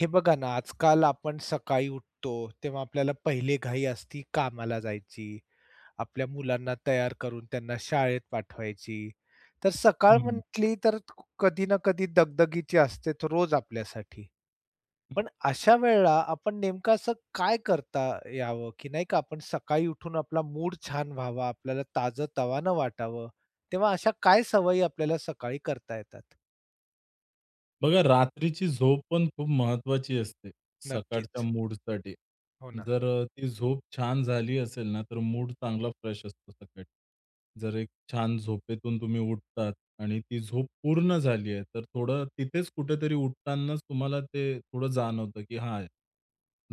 हे बघा ना, आजकाल आपण सकाळी उठतो, तेव्हा आपल्याला पहिली घाई असती कामाला जायची, आपल्या मुलांना तयार करून त्यांना शाळेत पाठवायची. तर सकाळ हं. म्हटली तर कधी ना कधी दगदगीची असते तर रोज आपल्यासाठी. पण अशा वेळेला आपण नेमकं असं काय करता यावं, की नाही का आपण सकाळी उठून आपला मूड छान व्हावा, आपल्याला ताजं-तवानं वाटावं, तेव्हा अशा काय सवयी आपल्याला सकाळी करता येतात? बघा रात्रीची झोप पण खूप महत्त्वाची असते, सकाळच्या नक्कीच. मूडसाठी. हो ना. जर ती झोप छान झाली असेल ना, तर मूड चांगला फ्रेश असतो सकाळी. जर एक छान झोपेतून तुम्ही उठतात आणि ती झोप पूर्ण झाली आहे, तर थोडं तिथेच कुठेतरी उठतानाच तुम्हाला ते थोडं जाणवतं, की हां,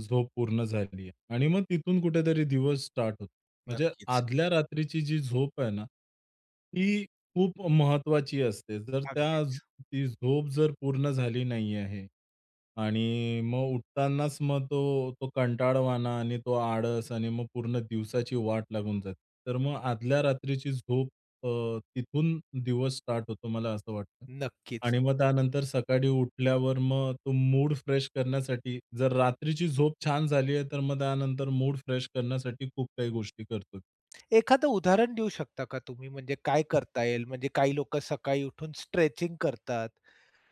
झोप पूर्ण झाली आहे. आणि मग तिथून कुठेतरी दिवस स्टार्ट होतो. म्हणजे नक्कीच. आदल्या रात्रीची जी झोप आहे ना, ती खूप महत्त्वाची असते. जर त्या अगदीच. ती झोप जर पूर्ण झाली नाही आहे आणि मग उठतानाच मग तो तो कंटाळवाणा आणि तो आळस आणि मग पूर्ण दिवसाची वाट लागून जाते. तर मग आदल्या रात्रीची झोप अ, तिथून दिवस स्टार्ट होतो मला असं वाटतं. नक्कीच. आणि मग त्यानंतर सकाळी उठल्यावर मग तो मूड फ्रेश करण्यासाठी जर रात्रीची झोप छान झाली आहे, तर मग त्यानंतर मूड फ्रेश करण्यासाठी खूप काही गोष्टी करतो. एखादं उदाहरण देऊ शकता का तुम्ही? म्हणजे काय करता येईल? म्हणजे काही लोकं सकाळी उठून स्ट्रेचिंग करतात.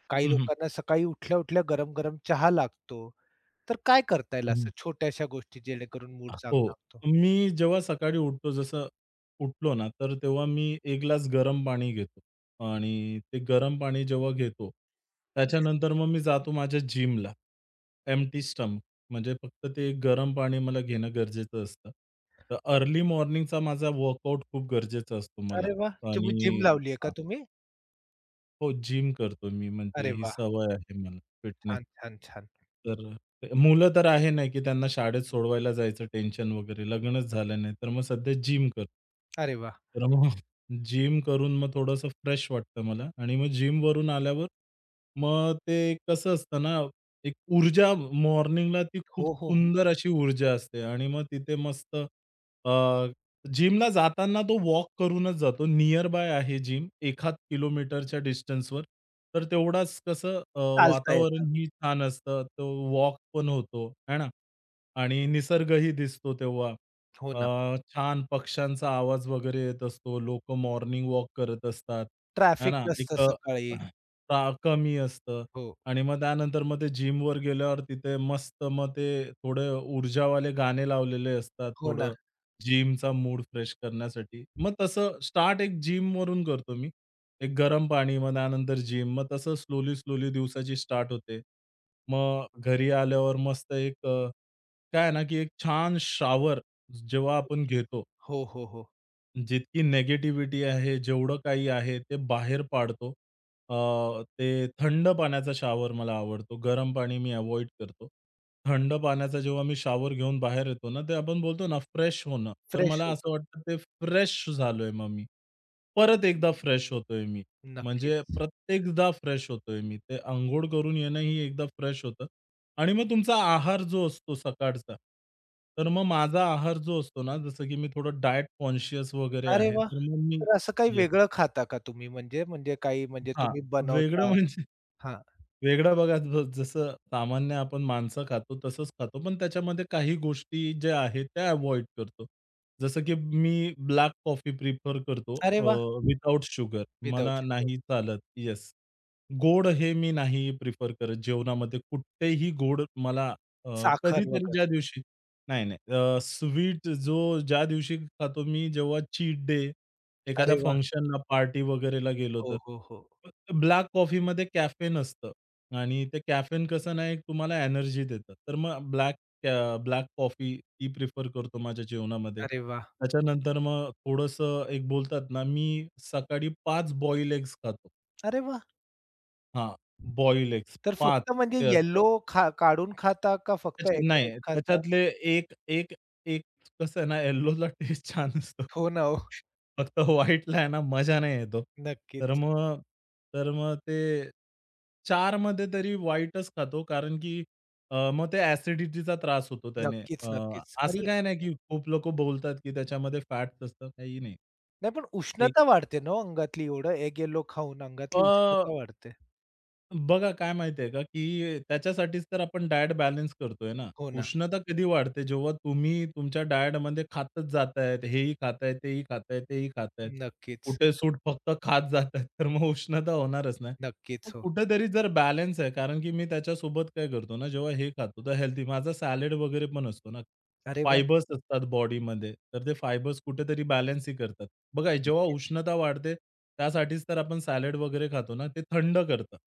काही हं, लोकांना सकाळी उठल्या-उठल्या गरम-गरम चहा लागतो. तर काय करता येईल असं छोट्याशा गोष्टी जेणेकरून मूड चांगला हो. होतो? मी जेव्हा सकाळी उठतो, जसं उठलो ना, तर तेव्हा मी 1 ग्लास गरम पाणी घेतो. आणि ते गरम पाणी जेव्हा घेतो, त्याच्यानंतर मग मी जातो माझ्या जिमला. एम्प्टी स्टमक म्हणजे फक्त ते गरम पाणी मला घेणं गरजेचं असतं. तर अर्ली मॉर्निंगचा माझा वर्कआउट खूप गरजेचा असतो मला अरे वाह! तुम्ही जिम आणि लावली आहे का तुम्ही? हो, जिम करतो मी. म्हणजे अरे ही वाह! सवय आहे मला फिटनेस. छान, छान, छान. तर मुलं तर आहे नाही, की त्यांना शाळेत सोडवायला जायचं टेन्शन वगैरे. लग्नच झालं नाही, तर मग सध्या जिम करतो. अरे वाह! तर मग जिम करून मग थोडंसं फ्रेश वाटतं मला आणि मग जिमवरून आल्यावर मग ते कसं असतं ना, एक ऊर्जा मॉर्निंगला ती खूप हो, हो, हो. सुंदर अशी ऊर्जा असते आणि मग तिथे मस्त जिमला जाताना तो वॉक करूनच जातो. नियर बाय आहे जिम. 1 1/2 किलोमीटरच्या डिस्टन्सवर. तर तेवढाच कसं चालता येतं. वातावरणही छान असतं. तो वॉक पण होतो, है ना? आणि निसर्गही दिसतो तेव्हा. हो ना. छान पक्ष्यांचा आवाज वगैरे येत असतो. लोक मॉर्निंग वॉक करत असतात, है ट्रॅफिक ना? नसतं सकाळी. कमी असतं हो. आणि मग त्यानंतर मग ते जिमवर गेल्यावर तिथे मस्त मग ते थोडे ऊर्जावाले गाणे लावलेले असतात. हो ना. थोडं जिमचा मूड फ्रेश करण्यासाठी. मग तसं स्टार्ट एक जिमवरून करतो मी. एक गरम पाणी, मग त्यानंतर जिम. मग तसं स्लोली, स्लोली दिवसाची स्टार्ट होते. मग घरी आल्यावर मस्त काय आहे ना, की एक छान शावर जेव्हा आपण नक्कीच. घेतो हो, हो, हो. जितकी निगेटिव्हिटी आहे, जेवढं काही आहे ते बाहेर पाडतो. ते थंड पाण्याचा शॉवर मला आवडतो. गरम पाणी मी अव्हॉइड करतो. थंड पाण्याचा जेव्हा मी शॉवर घेऊन बाहेर येतो ना, ते आपण बोलतो ना फ्रेश होणं. तर फ्रेश मला असं होतो. वाटतं ते फ्रेश झालोय मग मी. परत एकदा फ्रेश होतोय मी. म्हणजे नक्कीच. प्रत्येकदा फ्रेश होतोय मी. ते अंघोळ करून येणं ही एकदा फ्रेश होतं. आणि मग तुमचा आहार जो असतो सकाळचा, तर मग माझा आहार जो असतो ना, जसं की मी थोडं डायट कॉन्शियस वगैरे अरे आहे, वाह! तर मग मी तर असं काही येस. वेगळं खाता का तुम्ही म्हणजे, म्हणजे काही म्हणजे हां, तुम्ही वेगळं बनवता? म्हणजे हां. वेगळं बघा जसं सामान्य आपण मांस खातो तसंच खातो, पण त्याच्यामध्ये काही गोष्टी ज्या आहेत त्या अव्हॉइड करतो. जसं की मी ब्लॅक कॉफी प्रिफर करतो अरे वाह! शुगर विदाऊट मला शुगर. नाही चालत. येस. गोड हे मी नाही प्रिफर करत जेवणामध्ये. कुठेही गोड मला अ, साखर कधीतरी ज्या वगैरे. दिवशी नाही, नाही. स्वीट जो ज्या दिवशी खातो मी जेव्हा चीट डे, एखाद्या अरे वाह! फंक्शनला, पार्टी वगैरेला गेलो हो, तर. हो, हो. ब्लॅक कॉफीमध्ये कॅफेन असतं आणि ते कॅफेन कसं ना, एक तुम्हाला एनर्जी देतं. तर मग ब्लॅक ब्लॅक कॉफी ती प्रिफर करतो माझ्या जेवणामध्ये. अरे वाह! त्याच्यानंतर मग थोडंसं एक बोलतात ना, मी सकाळी 5 बॉईल एग्ज खातो. अरे वाह! हां, बॉईल एग्स तर 5 फक्त म्हणजे ते असतं. येलो खा काढून खाता का फक्त त्याच्या एग नाही, व्हाईट खाता? त्याच्यातले एक एक एक कसं आहे ना, येल्लोला टेस्ट छान असतो. हो ना हो. फक्त व्हाईटला आहे ना, मजा नाही येत ओ. तर नक्कीच. मग तर मग ते 4 मध्ये तरी व्हाईटच खातो, कारण की मग ते ॲसिडिटीचा त्रास होतो त्याने. नक्कीच, नक्कीच. असं आणि काही नाही, की खूप लोकं बोलतात, की त्याच्यामध्ये फॅट्स असतं. काही नाही. नाही पण एक उष्णता वाढते ना हो अंगातली एवढं एग येलो खाऊन अ अंगातली उष्णता वाढते. बघा काय माहिती आहे का, की त्याच्यासाठीच तर आपण डायट बॅलन्स करतोय ना. हो ना. उष्णता कधी वाढते जेव्हा तुम्ही तुमच्या डायटमध्ये खातच जातायत, हेही खाताय, तेही खाताय, तेही खातायत. नक्कीच. कुठे-सूट फक्त खात जातायत, तर मग उष्णता होणारच नाही. मग नक्कीच. हो. कुठेतरी जर बॅलन्स आहे, कारण की मी त्याच्यासोबत काय करतो ना, जेव्हा हे खातो तर हेल्दी माझा सॅलड वगैरे पण असतो ना, अरे वाह! फायबर्स असतात बॉडीमध्ये, तर ते फायबर्स कुठेतरी बॅलन्सही करतात. बघा जेव्हा नक्कीच. उष्णता वाढते, त्यासाठीच तर आपण सॅलड वगैरे खातो ना, ते थंड करतं.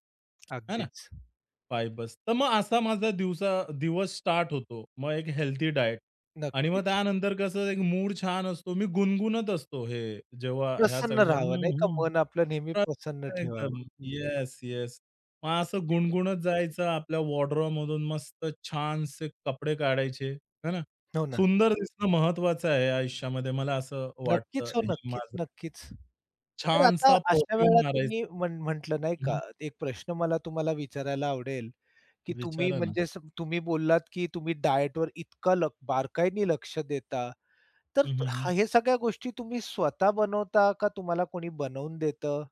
है ना? अगदीच. फायबर्स. तर मग असा माझा दिवसा दिवस स्टार्ट होतो. मग एक हेल्थी डायट आणि मग नक्कीच. त्यानंतर कसं एक मूड छान असतो. मी गुणगुणत असतो हे जेव्हा ह्या प्रसन्न सगळ्या राहावं हं, नाही का, हं. मन आपलं नेहमी प्रसन्न ठेवावं. एकदम. Yes, yes. मग असं गुणगुणत जायचं आपल्या वॉर्डरोबमधून मस्त छानसे कपडे काढायचे. है ना? हो ना. सुंदर दिसणं महत्वाचं आहे आयुष्यामध्ये मला असं नक्कीच वाटतं. हो, हे नक्कीच, नक्कीच. तर आता छानसा अशा परफ्यूम वेळेला तुम्ही मारायचा. म्हण नाही का, हं. एक प्रश्न मला तुम्हाला विचारायला आवडेल, की तुम्ही विचारा ना. म्हणजे स तुम्ही बोललात, की तुम्ही डायटवर इतकं लक बारकाईने लक्ष देता. तर हं, हं, हं. हे सगळ्या गोष्टी तुम्ही स्वतः बनवता का तुम्हाला कोणी बनवून देतं?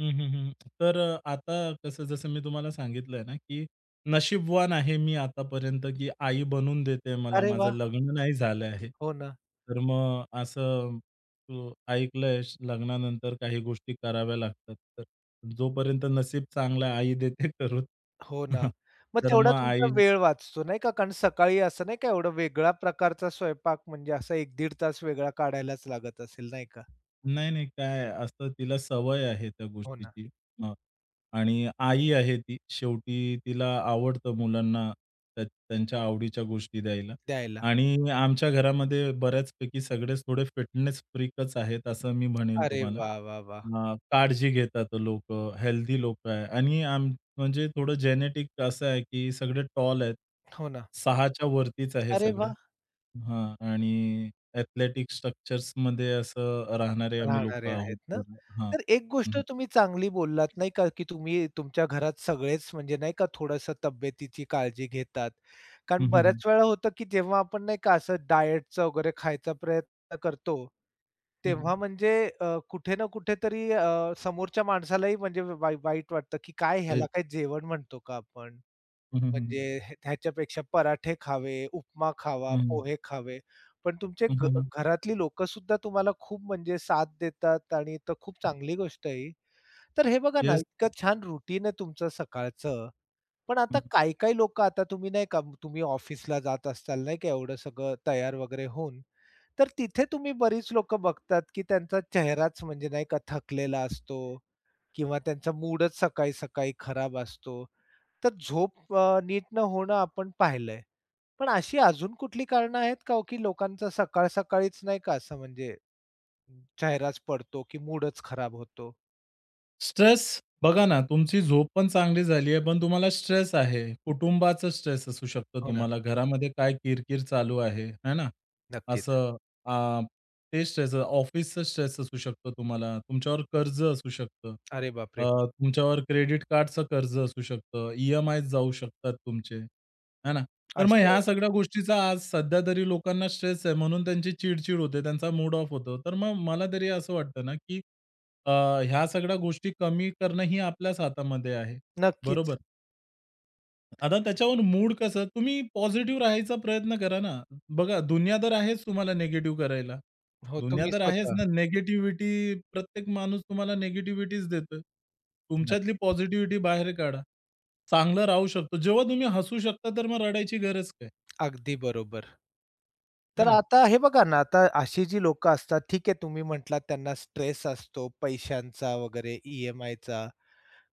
हं, हं, हं. तर आता कसं जसं मी तुम्हाला सांगितलंय ना, की नशीबवान आहे मी आतापर्यंत, की आई बनवून देते मला. अरे माझं वाह! लग्न नाही झालं आहे. हो ना. तर मग असं ऐकलंय लग्नानंतर काही गोष्टी कराव्या लागतात. तर जोपर्यंत नशीब चांगलं आहे आई देते करून. हो ना. मग तर मग तेवढा तुमचा आई वेळ वाचतो नाही का? कारण सकाळी असं नाही का एवढा वेगळा प्रकारचा स्वयंपाक म्हणजे असा एक 15 तास वेगळा काढायलाच लागत असेल नाही का? नाही, नाही. काय असं तिला सवय आहे त्या हो ना, गोष्टीची. हं. आणि आई आहे ती. शेवटी तिला आवडतं मुलांना त्यांच्या आवडीच्या गोष्टी द्यायला. द्यायला. आणि आमच्या घरामध्ये बऱ्याचपैकी सगळेच थोडे फिटनेस फ्रीकच आहेत असं मी म्हणेल अरे तुम्हाला. वा, वा, वा, काळजी घेतात लोक हेल्दी लोकं आहे आणि आम म्हणजे थोडं जेनेटिक असं आहे, की सगळे टॉल आहेत. हो ना. 6 च्या वरतीच आहे अरे सगळे. वा, हां. आणि ॲथलेटिक स्ट्रक्चर्समध्ये असं राहणारे आम्ही लोकं राहणारे आहोत आहेत ना. तर हां. तर एक हं, गोष्ट हं. तुम्ही चांगली बोललात नाही का, की तुम्ही तुमच्या घरात सगळेच म्हणजे नाही का थोडंसं तब्येतीची काळजी घेतात. कारण हं, हम्म. हं, हं. बऱ्याच वेळा होतं, की जेव्हा आपण नाही का असं डायटचा वगैरे खायचा प्रयत्न करतो, हं, हं. तेव्हा म्हणजे कुठे ना कुठेतरी समोरच्या माणसालाही म्हणजे वाईट वाटतं, की काय ह्याला काय जेवण म्हणतो का आपण? हं, हं, हं, म्हणजे हं. हे ह्याच्यापेक्षा पराठे खावे, उपमा खावा, पोहे खावे. पण तुमचे हं, हं, घ हं, हं. घरातली लोकंसुद्धा तुम्हाला खूप म्हणजे साथ देतात आणि तर खूप चांगली गोष्ट आहे ही. तर हे बघा ना, येस. इतकं छान रुटीन आहे तुमचं सकाळचं. पण आता काही-काही लोकं आता तुम्ही नाही का, तुम्ही ऑफिसला जात असाल नाही का, एवढं सगळं तयार वगैरे होऊन. तर तिथे तुम्ही बरीच लोकं बघतात, की त्यांचा चेहराच म्हणजे नाही का थकलेला असतो किंवा त्यांचा मूडच सकाळी-सकाळी खराब असतो. तर झोप नीट न होणं आपण पाहिलंय. पण अशी अजून कुठली कारणं आहेत का हो, की लोकांचा सकाळ-सकाळीच नाही का असं म्हणजे चेहराच पडतो, की मूडच खराब होतो? स्ट्रेस बघा ना, तुमची झोप पण चांगली झाली आहे, पण तुम्हाला स्ट्रेस आहे. कुटुंबाचा स्ट्रेस असू शकतो हो ना, तुम्हाला. घरामध्ये काय किरकिर चालू आहे, है ना? नक्कीच. असं अ, ते स्ट्रेस, ऑफिसचा स्ट्रेस असू शकतो तुम्हाला. तुमच्यावर कर्ज असू शकतं. अरे अ, बापरे! हो, तुमच्यावर क्रेडिट कार्डचं कर्ज असू शकतं. ई-एम-आयज जाऊ शकतात तुमचे, है ना? तर मग अशा ह्या वेळेला सगळ्या गोष्टीचा आज सध्या तरी लोकांना स्ट्रेस आहे म्हणून त्यांची चिड होते, त्यांचा मूड ऑफ होतो. तर मग मला तरी असं वाटतं ना, की अ, ह्या सगळ्या गोष्टी कमी करणं ही आपल्याच हातामध्ये आहे. नक्कीच. बरोबर. आता त्याच्यावर मूड कसं तुम्ही पॉझिटिव्ह राहायचा प्रयत्न करा ना. बघा दुनिया तर आहेच तुम्हाला निगेटिव्ह करायला. हो, दुनिया तुम्ही तर आहेच स्वतः. ना निगेटिव्हिटी प्रत्येक माणूस तुम्हाला निगेटिव्हिटीच देतोय. तुमच्यातली नक्की. पॉझिटिव्हिटी बाहेर काढा. चांगलं राहू शकतो. जेव्हा तुम्ही हसू शकता तर मग रडायची गरज काय? अगदी बरोबर. है तर ना? आता हे बघा ना, आता अशी जी लोकं असतात, ठीक आहे तुम्ही म्हटलात त्यांना स्ट्रेस असतो पैशांचा वगैरे ई एम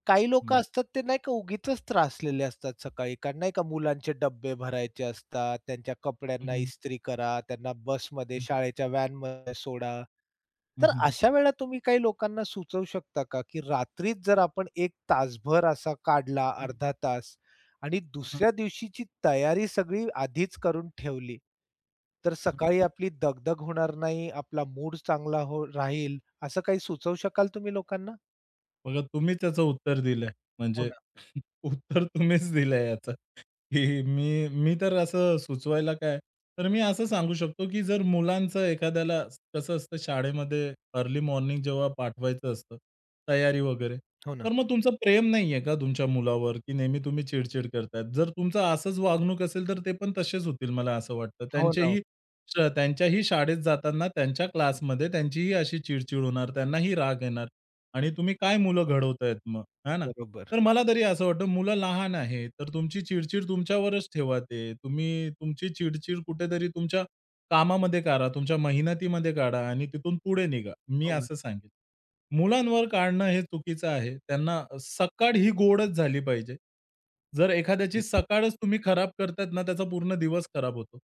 काही लोकं हं. असतात ते नाही का उगीचच त्रासलेले असतात सकाळी, कारण नाही का मुलांचे डब्बे भरायचे असतात, त्यांच्या हं, कपड्यांना हं. इस्त्री करा, त्यांना बसमध्ये, हं. शाळेच्या व्हॅनमध्ये सोडा. हं, तर हं, हं. अशा वेळेला तुम्ही काही लोकांना सुचवू शकता का, की रात्रीच जर आपण 1 तासभर असा काढला, हं. अर्धा तास आणि दुसऱ्या दिवशीची तयारी सगळी आधीच करून ठेवली, तर हं. सकाळी आपली दगदग होणार नाही, आपला मूड चांगला हो राहील, असं काही सुचवू शकाल तुम्ही लोकांना? बघा तुम्ही त्याचं उत्तर दिलंय. हो म्हणजे ना. उत्तर तुम्हीच दिलंय याचं, की मी मी तर असं सुचवायला काय, तर मी असं सांगू शकतो, की जर मुलांचं एखाद्याला कसं असतं शाळेमध्ये अर्ली मॉर्निंग जेव्हा पाठवायचं असतं, तयारी वगैरे, हो ना. तर मग तुमचं प्रेम नाहीये का तुमच्या मुलावर, की नेहमी तुम्ही चिड-चिड करतायत? जर तुमचं असंच वागणूक असेल, तर ते पण तसेच होतील मला असं वाटतं. हो ना. त्यांचेही त्यांच्याही शाळेत जाताना त्यांच्या क्लासमध्ये त्यांचीही अशी चिड होणार, त्यांनाही राग येणार. आणि तुम्ही काय मुलं घडवतायत मग, आहे ना? बरोबर. तर मला तरी असं वाटतं मुलं लहान आहेत, तर तुमची चिडचिड तुमच्यावरच ठेवा ते. तुम्ही तुमची चिडचिड कुठेतरी तुमच्या कामामध्ये काढा, तुमच्या मेहनतीमध्ये काढा आणि तिथून पुढे निघा. मी हो ना. असं सांगेन. मुलांवर काढणं हे चुकीचं आहे. त्यांना सकाळ ही गोडच झाली पाहिजे. जर एखाद्याची अगदीच, सकाळच तुम्ही खराब करतायत ना, त्याचा पूर्ण दिवस खराब होतो.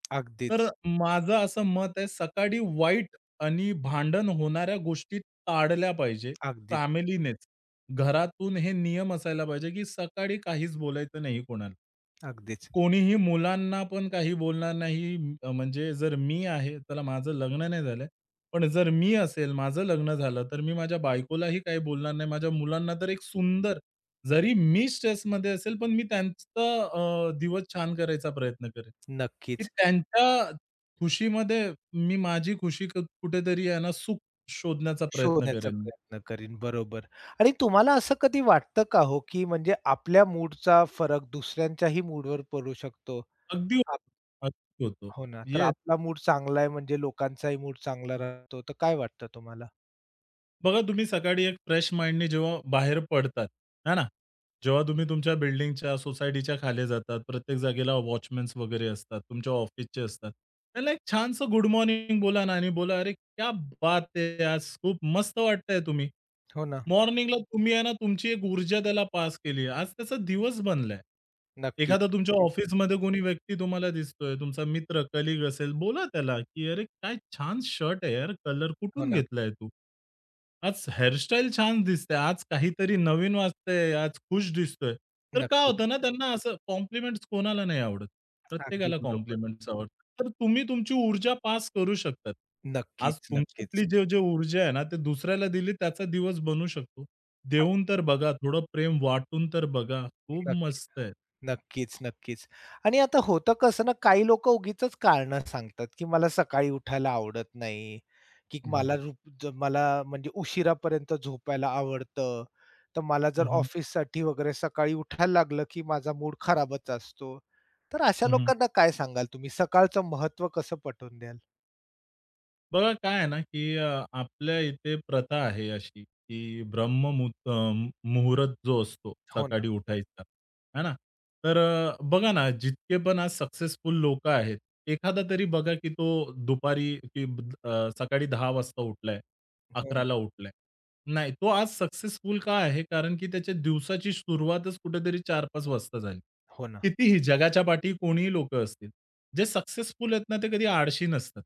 तर अगदीच, माझं असं मत आहे, सकाळी वाईट आणि भांडण होणाऱ्या गोष्टी टाळल्या पाहिजे. अगदीच, फॅमिलीनेच. घरातून हे नियम असायला पाहिजे, की सकाळी काहीच बोलायचं नाही कोणाला. अगदीच. कोणीही मुलांना पण काही बोलणार नाही. म्हणजे जर मी आहे, चला माझं लग्न नाही झालंय. पण जर मी असेल, माझं लग्न झालं, तर मी माझ्या बायकोलाही काही बोलणार नाही. माझ्या मुलांना तर एक सुंदर जरी मी स्ट्रेसमध्ये असेल, पण मी त्यांचा दिवस छान करायचा प्रयत्न करेन. की नक्कीच. त्यांच्या खुशीमध्ये मी माझी खुशी कुठेतरी आहे ना, सुख शोधण्याचा प्रयत्न शोधण्याचा करेन. प्रयत्न करीन. बरोबर. आणि तुम्हाला असं कधी वाटतं का हो, की म्हणजे आपल्या मूडचा फरक दुसऱ्यांच्याही मूडवर पडू शकतो? अगदी आप अगदी होतो. हो ना. तर येस. आपला मूड चांगला आहे म्हणजे लोकांचाही मूड चांगला राहतो. तर काय वाटतं तुम्हाला? बघा तुम्ही सकाळी एक फ्रेश माइंडने जेव्हा बाहेर पडतात, है ना? जेव्हा तुम्ही तुमच्या बिल्डिंगच्या, सोसायटीच्या खाली जातात, प्रत्येक जागेला वॉचमन्स वगैरे असतात, तुमच्या ऑफिसचे असतात. त्याला एक छानसं गुड मॉर्निंग बोला ना आणि बोला, "अरे क्या बात है! आज खूप मस्त वाटतंय तुम्ही." हो ना. मॉर्निंगला तुम्ही आहे ना, तुमची एक ऊर्जा त्याला पास केली आहे. आज त्याचा दिवस बनलाय. नक्कीच, एखादा तुमच्या नक्कीच. ऑफिसमध्ये कोणी व्यक्ती तुम्हाला दिसतोय, तुमचा मित्र, कलीग असेल, बोला त्याला, की "अरे, काय छान शर्ट आहे यार, कलर हो कुठून ना. घेतलाय तू? आज हेअरस्टाईल छान दिसते, आज काहीतरी नवीन वाटतंय, आज खुश दिसतोय." तर काय नक्कीच. होतं ना, त्यांना असं कॉम्प्लिमेंट्स कोणाला नाही आवडत. अगदी प्रत्येकाला बरोबर. कॉम्प्लिमेंट्स आवडतात. तर तुम्ही तुमची ऊर्जा पास करू शकतात. आज नक्कीच, तुमच्यातली नक्कीच. जी जी ऊर्जा आहे ना, ते दुसऱ्याला दिली त्याचा दिवस बनू शकतो. देऊन तर बघा, थोडं प्रेम वाटून तर बघा. खूप नक्की. मस्त आहे. नक्कीच, नक्कीच. आणि आता होतं कसं ना, काही लोकं उगीचच कारणं सांगतात, की मला सकाळी उठायला आवडत नाही, की हो, हं, हं. मला हो. मला म्हणजे उशिरापर्यंत झोपायला आवडतं. तर मला जर हं, ऑफिससाठी वगैरे सकाळी उठायला लागलं, की माझा मूड खराबच असतो. तर अशा लोकांना काय सांगाल तुम्ही? सकाळचं महत्त्व कसं पटवून द्याल? बघा काय आहे ना, की आपल्या इथे प्रथा आहे अशी, की मुहूर्त जो असतो हो ना, सकाळी उठायचा, आहे ना? तर बघा ना, जितके पण आज सक्सेसफुल लोकं आहेत, एखादा तरी बघा की तो दुपारी की ब- अ, सकाळी 10 वाजता उठलाय, हो ना, 11 उठलाय. नाही, तो आज सक्सेसफुल का आहे? कारण की त्याच्या दिवसाची सुरुवातच कुठेतरी 4-5 वाजता झाली. हो ना. कितीही जगाच्या पाठी कोणीही लोकं असतील. जे सक्सेसफुल आहेत ना, ते कधी आळशी नसतात.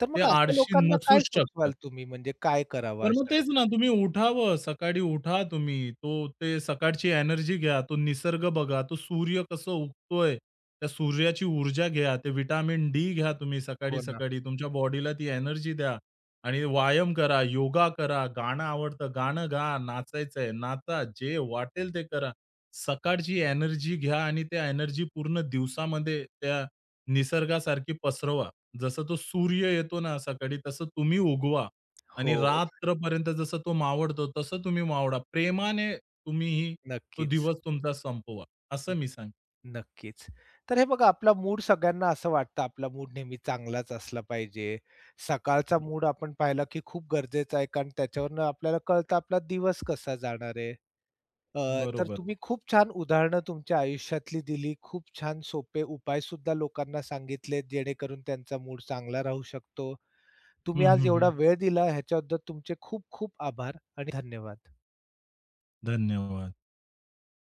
तर ते मग अशा आळशी लोकांना काय नसूच शकतात. सुचवाल तुम्ही? म्हणजे काय करावं तर मग अशा तेच ना, लोकांनी? तुम्ही उठावं, सकाळी उठा तुम्ही. ते सकाळची एनर्जी घ्या, तो निसर्ग बघा, तो सूर्य कसं उगतोय, त्या सूर्याची ऊर्जा घ्या, ते विटामिन डी घ्या तुम्ही हो ना. सकाळी-सकाळी. तुमच्या बॉडीला ती एनर्जी द्या आणि व्यायाम करा, योगा करा, गाणं आवडतं गाणं गा, नाचायचंय नाचा, जे वाटेल ते करा. सकाळची एनर्जी घ्या आणि त्या एनर्जी पूर्ण दिवसामध्ये त्या निसर्गासारखी पसरवा. जसं तो सूर्य येतो ना सकाळी, तसं तुम्ही उगवा. आणि हो, रात्रपर्यंत जसं तो मावळतो, तसं तुम्ही मावळा. प्रेमाने तुम्हीही तो नक्कीच. दिवस तुमचा संपवा, असं मी सांगेन. नक्कीच. तर हे बघा आपला मूड सगळ्यांना असं वाटतं आपला मूड नेहमी चांगलाच असला पाहिजे. सकाळचा मूड आपण पाहिला की खूप गरजेचा आहे कारण त्याच्यावरनं आपल्याला कळतं आपला दिवस कसा जाणार आहे. अ, तर बरोबर. तुम्ही खूप छान उदाहरणं तुमच्या आयुष्यातली दिली. खूप छान सोपे उपायसुद्धा लोकांना सांगितले जेणेकरून त्यांचा मूड चांगला राहू शकतो. तुम्ही हं, आज हं, एवढा हं. वेळ दिला ह्याच्याबद्दल तुमचे खूप खूप आभार आणि धन्यवाद. धन्यवाद.